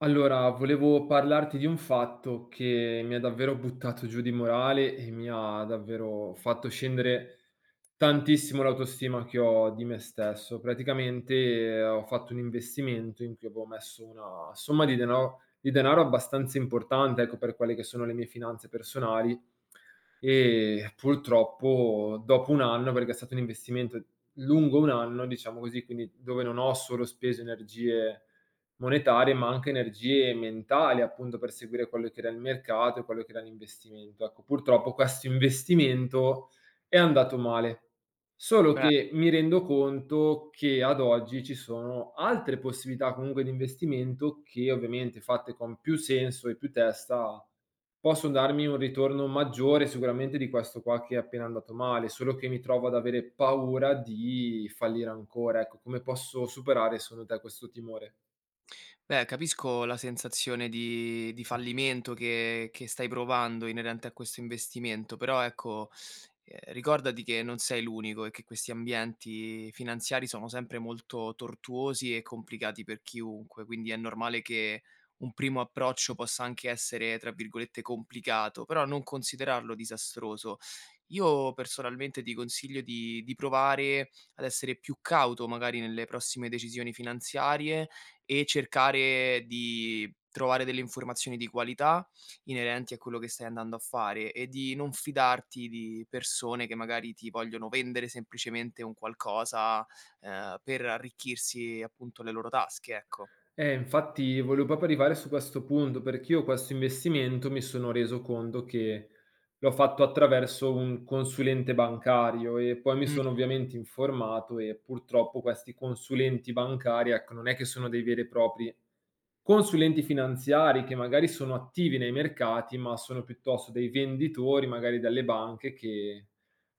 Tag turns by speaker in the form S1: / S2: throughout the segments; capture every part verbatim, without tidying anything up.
S1: Allora, volevo parlarti di un fatto che mi ha davvero buttato giù di morale e mi ha davvero fatto scendere Tantissimo l'autostima che ho di me stesso. Praticamente eh, ho fatto un investimento in cui avevo messo una somma di denaro di denaro abbastanza importante, ecco, per quelle che sono le mie finanze personali, e purtroppo dopo un anno, perché è stato un investimento lungo un anno, diciamo così, quindi dove non ho solo speso energie monetarie, ma anche energie mentali, appunto, per seguire quello che era il mercato e quello che era l'investimento. Ecco, purtroppo questo investimento è andato male. Solo
S2: Beh,
S1: che mi rendo conto che ad oggi ci sono altre possibilità comunque di investimento che, ovviamente fatte con più senso e più testa, possono darmi un ritorno maggiore sicuramente di questo qua che è appena andato male, solo che mi trovo ad avere paura di fallire ancora. Ecco, come posso superare secondo te questo timore?
S2: beh, capisco la sensazione di di fallimento che che stai provando inerente a questo investimento, però ecco, ehm, ricordati che non sei l'unico e che questi ambienti finanziari sono sempre molto tortuosi e complicati per chiunque, quindi è normale che un primo approccio possa anche essere, tra virgolette, "complicato", però non considerarlo disastroso. Io personalmente ti consiglio di di provare ad essere più cauto magari nelle prossime decisioni finanziarie e cercare di trovare delle informazioni di qualità inerenti a quello che stai andando a fare e di non fidarti di persone che magari ti vogliono vendere semplicemente un qualcosa, ehm, per arricchirsi appunto le loro tasche, ecco.
S1: Eh, infatti volevo proprio arrivare su questo punto, perché io questo investimento mi sono reso conto che l'ho fatto attraverso un consulente bancario e poi mi
S2: Mh,
S1: sono ovviamente informato, e purtroppo questi consulenti bancari, ecco, non è che sono dei veri e propri consulenti finanziari che magari sono attivi nei mercati, ma sono piuttosto dei venditori, magari dalle banche, che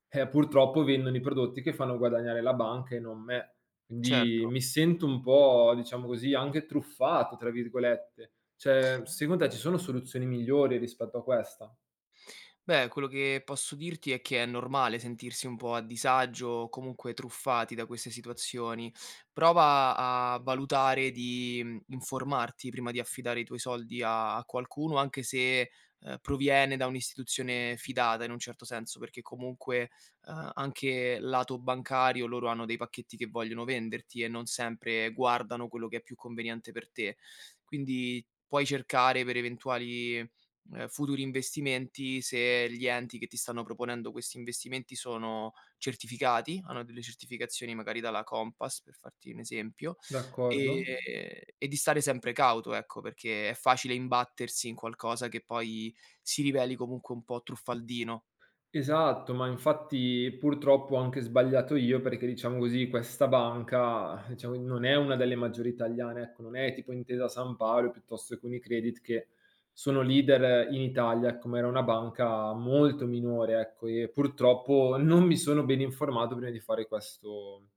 S1: eh, purtroppo vendono i prodotti che fanno guadagnare la banca e non me. Quindi
S2: certo.
S1: mi sento un po', diciamo così, anche "truffato" tra virgolette. Cioè, secondo te ci sono soluzioni migliori rispetto a questa?
S2: Beh, quello che posso dirti è che è normale sentirsi un po' a disagio o comunque truffati da queste situazioni. Prova a valutare di mh, informarti prima di affidare i tuoi soldi a, a qualcuno, anche se eh, proviene da un'istituzione fidata in un certo senso, perché comunque eh, anche lato bancario loro hanno dei pacchetti che vogliono venderti e non sempre guardano quello che è più conveniente per te. Quindi puoi cercare per eventuali ehm, futuri investimenti se gli enti che ti stanno proponendo questi investimenti sono certificati, hanno delle certificazioni magari dalla Compass, per farti un esempio, ehm,
S1: D'accordo.
S2: e di stare sempre cauto, ecco, perché è facile imbattersi in qualcosa che poi si riveli comunque un po' truffaldino.
S1: Esatto, ma infatti purtroppo ho anche sbagliato io perché, diciamo così, questa banca, diciamo, non è una delle maggiori italiane, ecco, non è tipo Intesa Sanpaolo piuttosto che Unicredit che sono leader in Italia, ecco, ma era una banca molto minore, ecco, e purtroppo non mi sono ben informato prima di fare questo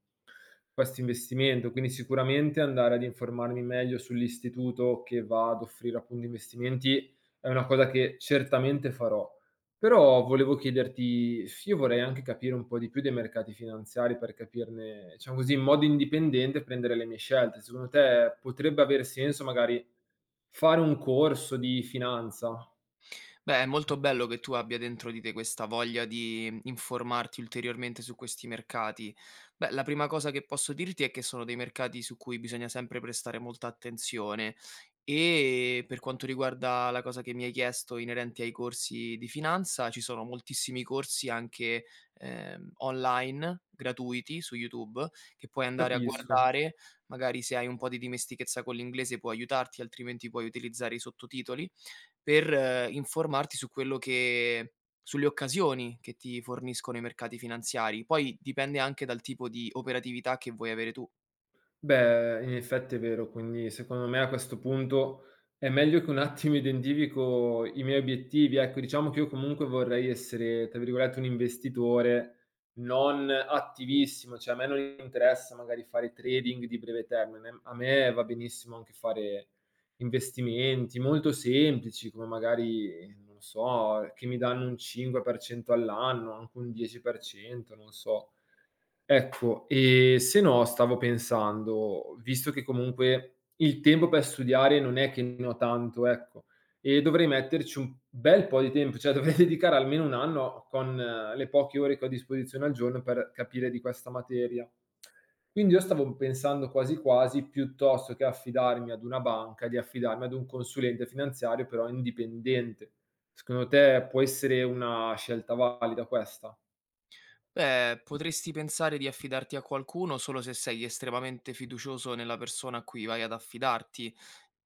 S1: Questo investimento, quindi sicuramente andare ad informarmi meglio sull'istituto che va ad offrire appunto investimenti è una cosa che certamente farò. Però volevo chiederti, io vorrei anche capire un po' di più dei mercati finanziari per capirne, diciamo così, in modo indipendente prendere le mie scelte. Secondo te potrebbe aver senso magari fare un corso di finanza?
S2: Beh, è molto bello che tu abbia dentro di te questa voglia di mhmm, informarti ulteriormente su questi mercati. Beh, la prima cosa che posso dirti è che sono dei mercati su cui bisogna sempre prestare molta attenzione. E per quanto riguarda la cosa che mi hai chiesto inerenti ai corsi di finanza, ci sono moltissimi corsi anche ehm, online, gratuiti su YouTube, che puoi andare a
S1: Capisco.
S2: guardare. Magari se hai un po' di dimestichezza con l'inglese può aiutarti, altrimenti puoi utilizzare i sottotitoli per eh, informarti su quello che sulle occasioni che ti forniscono i mercati finanziari. Poi dipende anche dal tipo di operatività che vuoi avere tu.
S1: Beh, in effetti è vero, quindi secondo me a questo punto è meglio che un attimo identifico i miei obiettivi. Ecco, diciamo che io comunque vorrei essere, tra virgolette, un investitore non attivissimo, cioè a me non interessa magari fare trading di breve termine, a me va benissimo anche fare investimenti molto semplici, come magari, non so, che mi danno un cinque per cento all'anno, anche un dieci per cento, non so. Ecco, ehm, se no stavo pensando, visto che comunque il tempo per studiare non è che ne ho tanto, ecco, e dovrei metterci un bel po' di tempo, cioè dovrei dedicare almeno un anno con eh, le poche ore che ho a disposizione al giorno per capire di questa materia. Quindi io stavo pensando quasi quasi, piuttosto che affidarmi ad una banca, di affidarmi ad un consulente finanziario però indipendente. Secondo te può essere una scelta valida questa?
S2: Beh, potresti pensare di affidarti a qualcuno solo se sei estremamente fiducioso nella persona a cui vai ad affidarti.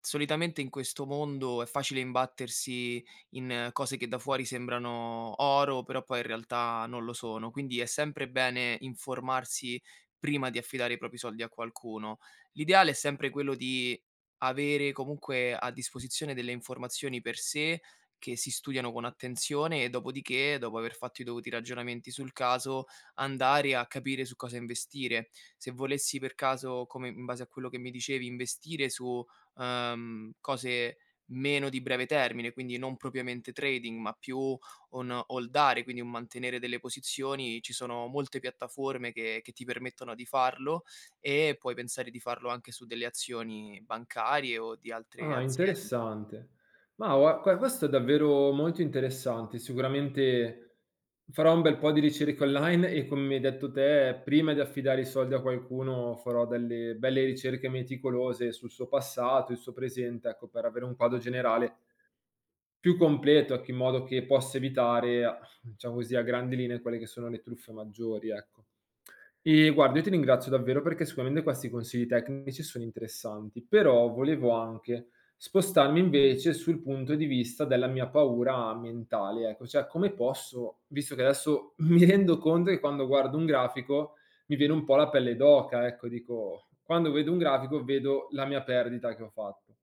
S2: Solitamente in questo mondo è facile imbattersi in eh, cose che da fuori sembrano oro, però poi in realtà non lo sono. Quindi è sempre bene informarsi prima di affidare i propri soldi a qualcuno. L'ideale è sempre quello di avere comunque a disposizione delle informazioni per sé che si studiano con attenzione e dopodiché, dopo aver fatto i dovuti ragionamenti sul caso, andare a capire su cosa investire. Se volessi per caso, come in base a quello che mi dicevi, investire su, ehm, cose meno di breve termine, quindi non propriamente trading, ma più un holdare, quindi un mantenere delle posizioni, ci sono molte piattaforme che che ti permettono di farlo e puoi pensare di farlo anche su delle azioni bancarie o di altre
S1: Ah,
S2: aziende.
S1: interessante. Ma gua que questo è davvero molto interessante. Sicuramente farò un bel po' di ricerche online e, come mi hai detto te, prima di affidare i soldi a qualcuno farò delle belle ricerche meticolose sul suo passato, il suo presente, ecco, per avere un quadro generale più completo, ecco, in modo che possa evitare, diciamo così, a grandi linee quelle che sono le truffe maggiori, ecco. Ehm, guarda, io ti ringrazio davvero perché sicuramente questi consigli tecnici sono interessanti, però volevo anche spostarmi invece sul punto di vista della mia paura mentale, ecco. Cioè, come posso, visto che adesso mi rendo conto che quando guardo un grafico mi viene un po' la pelle d'oca, ecco, dico: "Quando vedo un grafico vedo la mia perdita che ho fatto".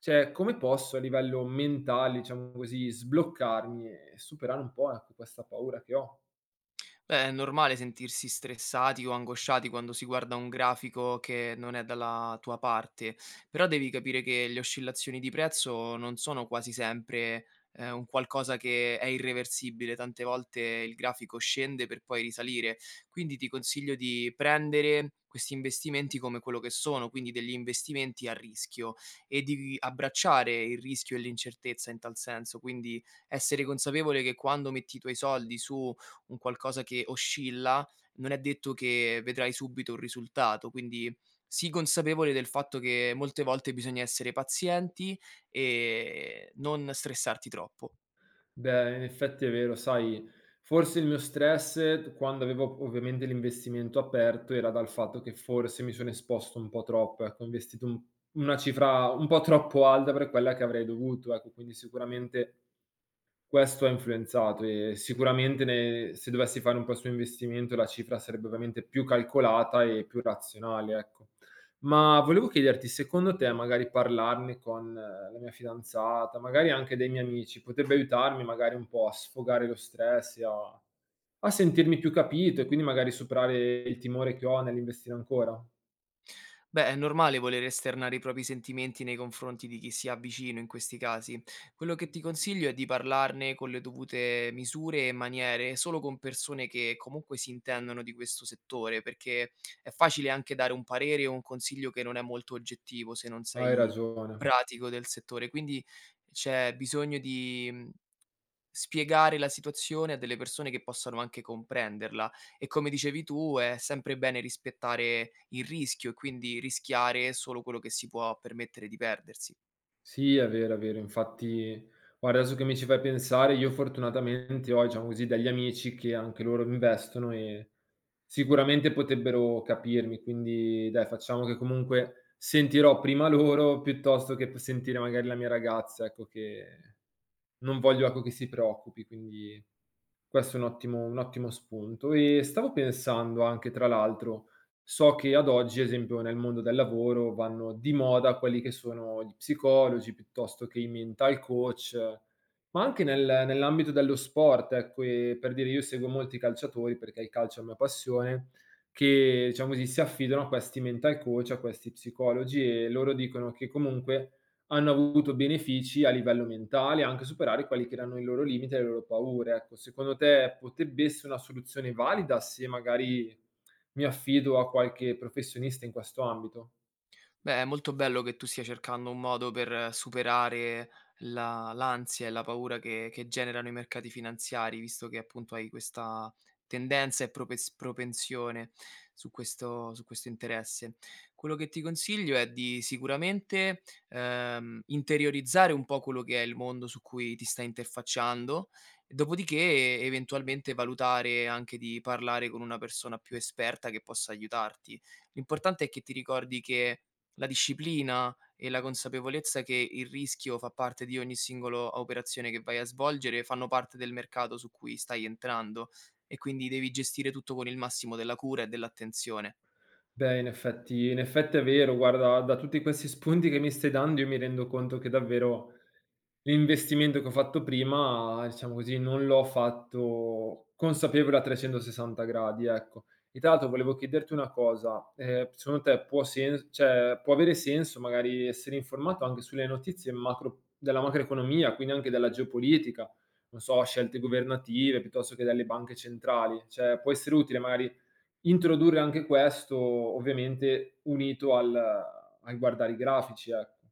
S1: Cioè, come posso a livello mentale, diciamo così, sbloccarmi e superare un po', ecco, questa paura che ho?
S2: Beh, è normale sentirsi stressati o angosciati quando si guarda un grafico che non è dalla tua parte, però devi capire che le oscillazioni di prezzo non sono quasi sempre eh, un qualcosa che è irreversibile, tante volte il grafico scende per poi risalire, quindi ti consiglio di prendere questi investimenti come quello che sono, quindi degli investimenti a rischio e di abbracciare il rischio e l'incertezza in tal senso, quindi essere consapevole che quando metti i tuoi soldi su un qualcosa che oscilla, non è detto che vedrai subito un risultato, quindi sii consapevole del fatto che molte volte bisogna essere pazienti e non stressarti troppo.
S1: Beh, in effetti è vero, sai, forse il mio stress quando avevo ovviamente l'investimento aperto era dal fatto che forse mi sono esposto un po' troppo, ecco, ho investito un una cifra un po' troppo alta per quella che avrei dovuto, ecco, quindi sicuramente questo ha influenzato, e sicuramente ne se dovessi fare un po' su investimento la cifra sarebbe ovviamente più calcolata e più razionale, ecco. Ma volevo chiederti, secondo te magari parlarne con eh, la mia fidanzata, magari anche dei miei amici, potrebbe aiutarmi magari un po' a sfogare lo stress e a a sentirmi più capito e quindi magari superare il timore che ho nell'investire ancora?
S2: Beh, è normale voler esternare i propri sentimenti nei confronti di chi si ha vicino in questi casi. Quello che ti consiglio è di parlarne con le dovute misure e maniere, solo con persone che comunque si intendono di questo settore, perché è facile anche dare un parere o un consiglio che non è molto oggettivo se non
S1: Hai
S2: sei
S1: ragione.
S2: pratico del settore. Quindi c'è bisogno di mhmm, Spiegare la situazione a delle persone che possano anche comprenderla e come dicevi tu è sempre bene rispettare il rischio e quindi rischiare solo quello che si può permettere di perdersi.
S1: Sì, è vero, è vero. Infatti, guarda, adesso che mi ci fai pensare, io fortunatamente ho, diciamo così, degli amici che anche loro investono e sicuramente potrebbero capirmi. Quindi, dai, facciamo che comunque sentirò prima loro piuttosto che p sentire magari la mia ragazza, ecco, che non voglio, ecco, che si preoccupi. Quindi questo è un ottimo un ottimo spunto. E stavo pensando anche, tra l'altro, so che ad oggi, ad esempio nel mondo del lavoro, vanno di moda quelli che sono gli psicologi, piuttosto che i mental coach, ma anche nel nell'ambito dello sport, ecco, ehm, per dire io seguo molti calciatori, perché il calcio è una mia passione, che diciamo così, si affidano a questi mental coach, a questi psicologi, e loro dicono che comunque hanno avuto benefici a livello mentale, anche superare quelli che erano i loro limiti e le loro paure, ecco. Secondo te potrebbe esse una soluzione valida se magari mi affido a qualche professionista in questo ambito?
S2: Beh, è molto bello che tu stia cercando un modo per superare la l'ansia e la paura che che generano i mercati finanziari, visto che appunto hai questa tendenza e propes propensione su questo su questo interesse. Quello che ti consiglio è di sicuramente, ehm, interiorizzare un po' quello che è il mondo su cui ti stai interfacciando, dopodiché eventualmente valutare anche di parlare con una persona più esperta che possa aiutarti. L'importante è che ti ricordi che la disciplina e la consapevolezza che il rischio fa parte di ogni singolo operazione che vai a svolgere, fanno parte del mercato su cui stai entrando e quindi devi gestire tutto con il massimo della cura e dell'attenzione.
S1: Beh, in effetti in effetti è vero, guarda, da tutti questi spunti che mi stai dando, io mi rendo conto che davvero l'investimento che ho fatto prima, diciamo così, non l'ho fatto consapevole a trecentosessanta gradi, ecco. E tra l'altro volevo chiederti una cosa, ehm, secondo te può sen cioè può avere senso magari essere informato anche sulle notizie macro della macroeconomia, quindi anche della geopolitica, non so, scelte governative piuttosto che delle banche centrali? Cioè può essere utile magari introdurre anche questo, ovviamente unito al al guardare i grafici, ecco.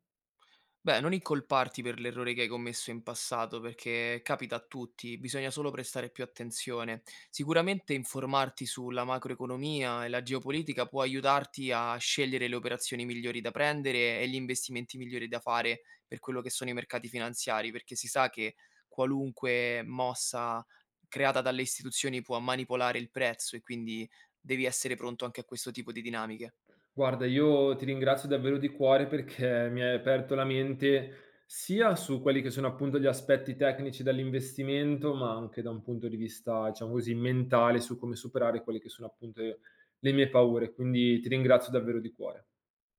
S2: Beh, non incolparti per l'errore che hai commesso in passato, perché capita a tutti, bisogna solo prestare più attenzione. Sicuramente informarti sulla macroeconomia e la geopolitica può aiutarti a scegliere le operazioni migliori da prendere e gli investimenti migliori da fare per quello che sono i mercati finanziari, perché si sa che qualunque mossa creata dalle istituzioni può manipolare il prezzo e quindi devi essere pronto anche a questo tipo di dinamiche.
S1: Guarda, io ti ringrazio davvero di cuore perché mi hai aperto la mente sia su quelli che sono appunto gli aspetti tecnici dell'investimento, ma anche da un punto di vista, diciamo così, mentale, su come superare quelle che sono appunto le mie paure. Quindi ti ringrazio davvero di cuore.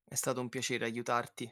S2: È stato un piacere aiutarti.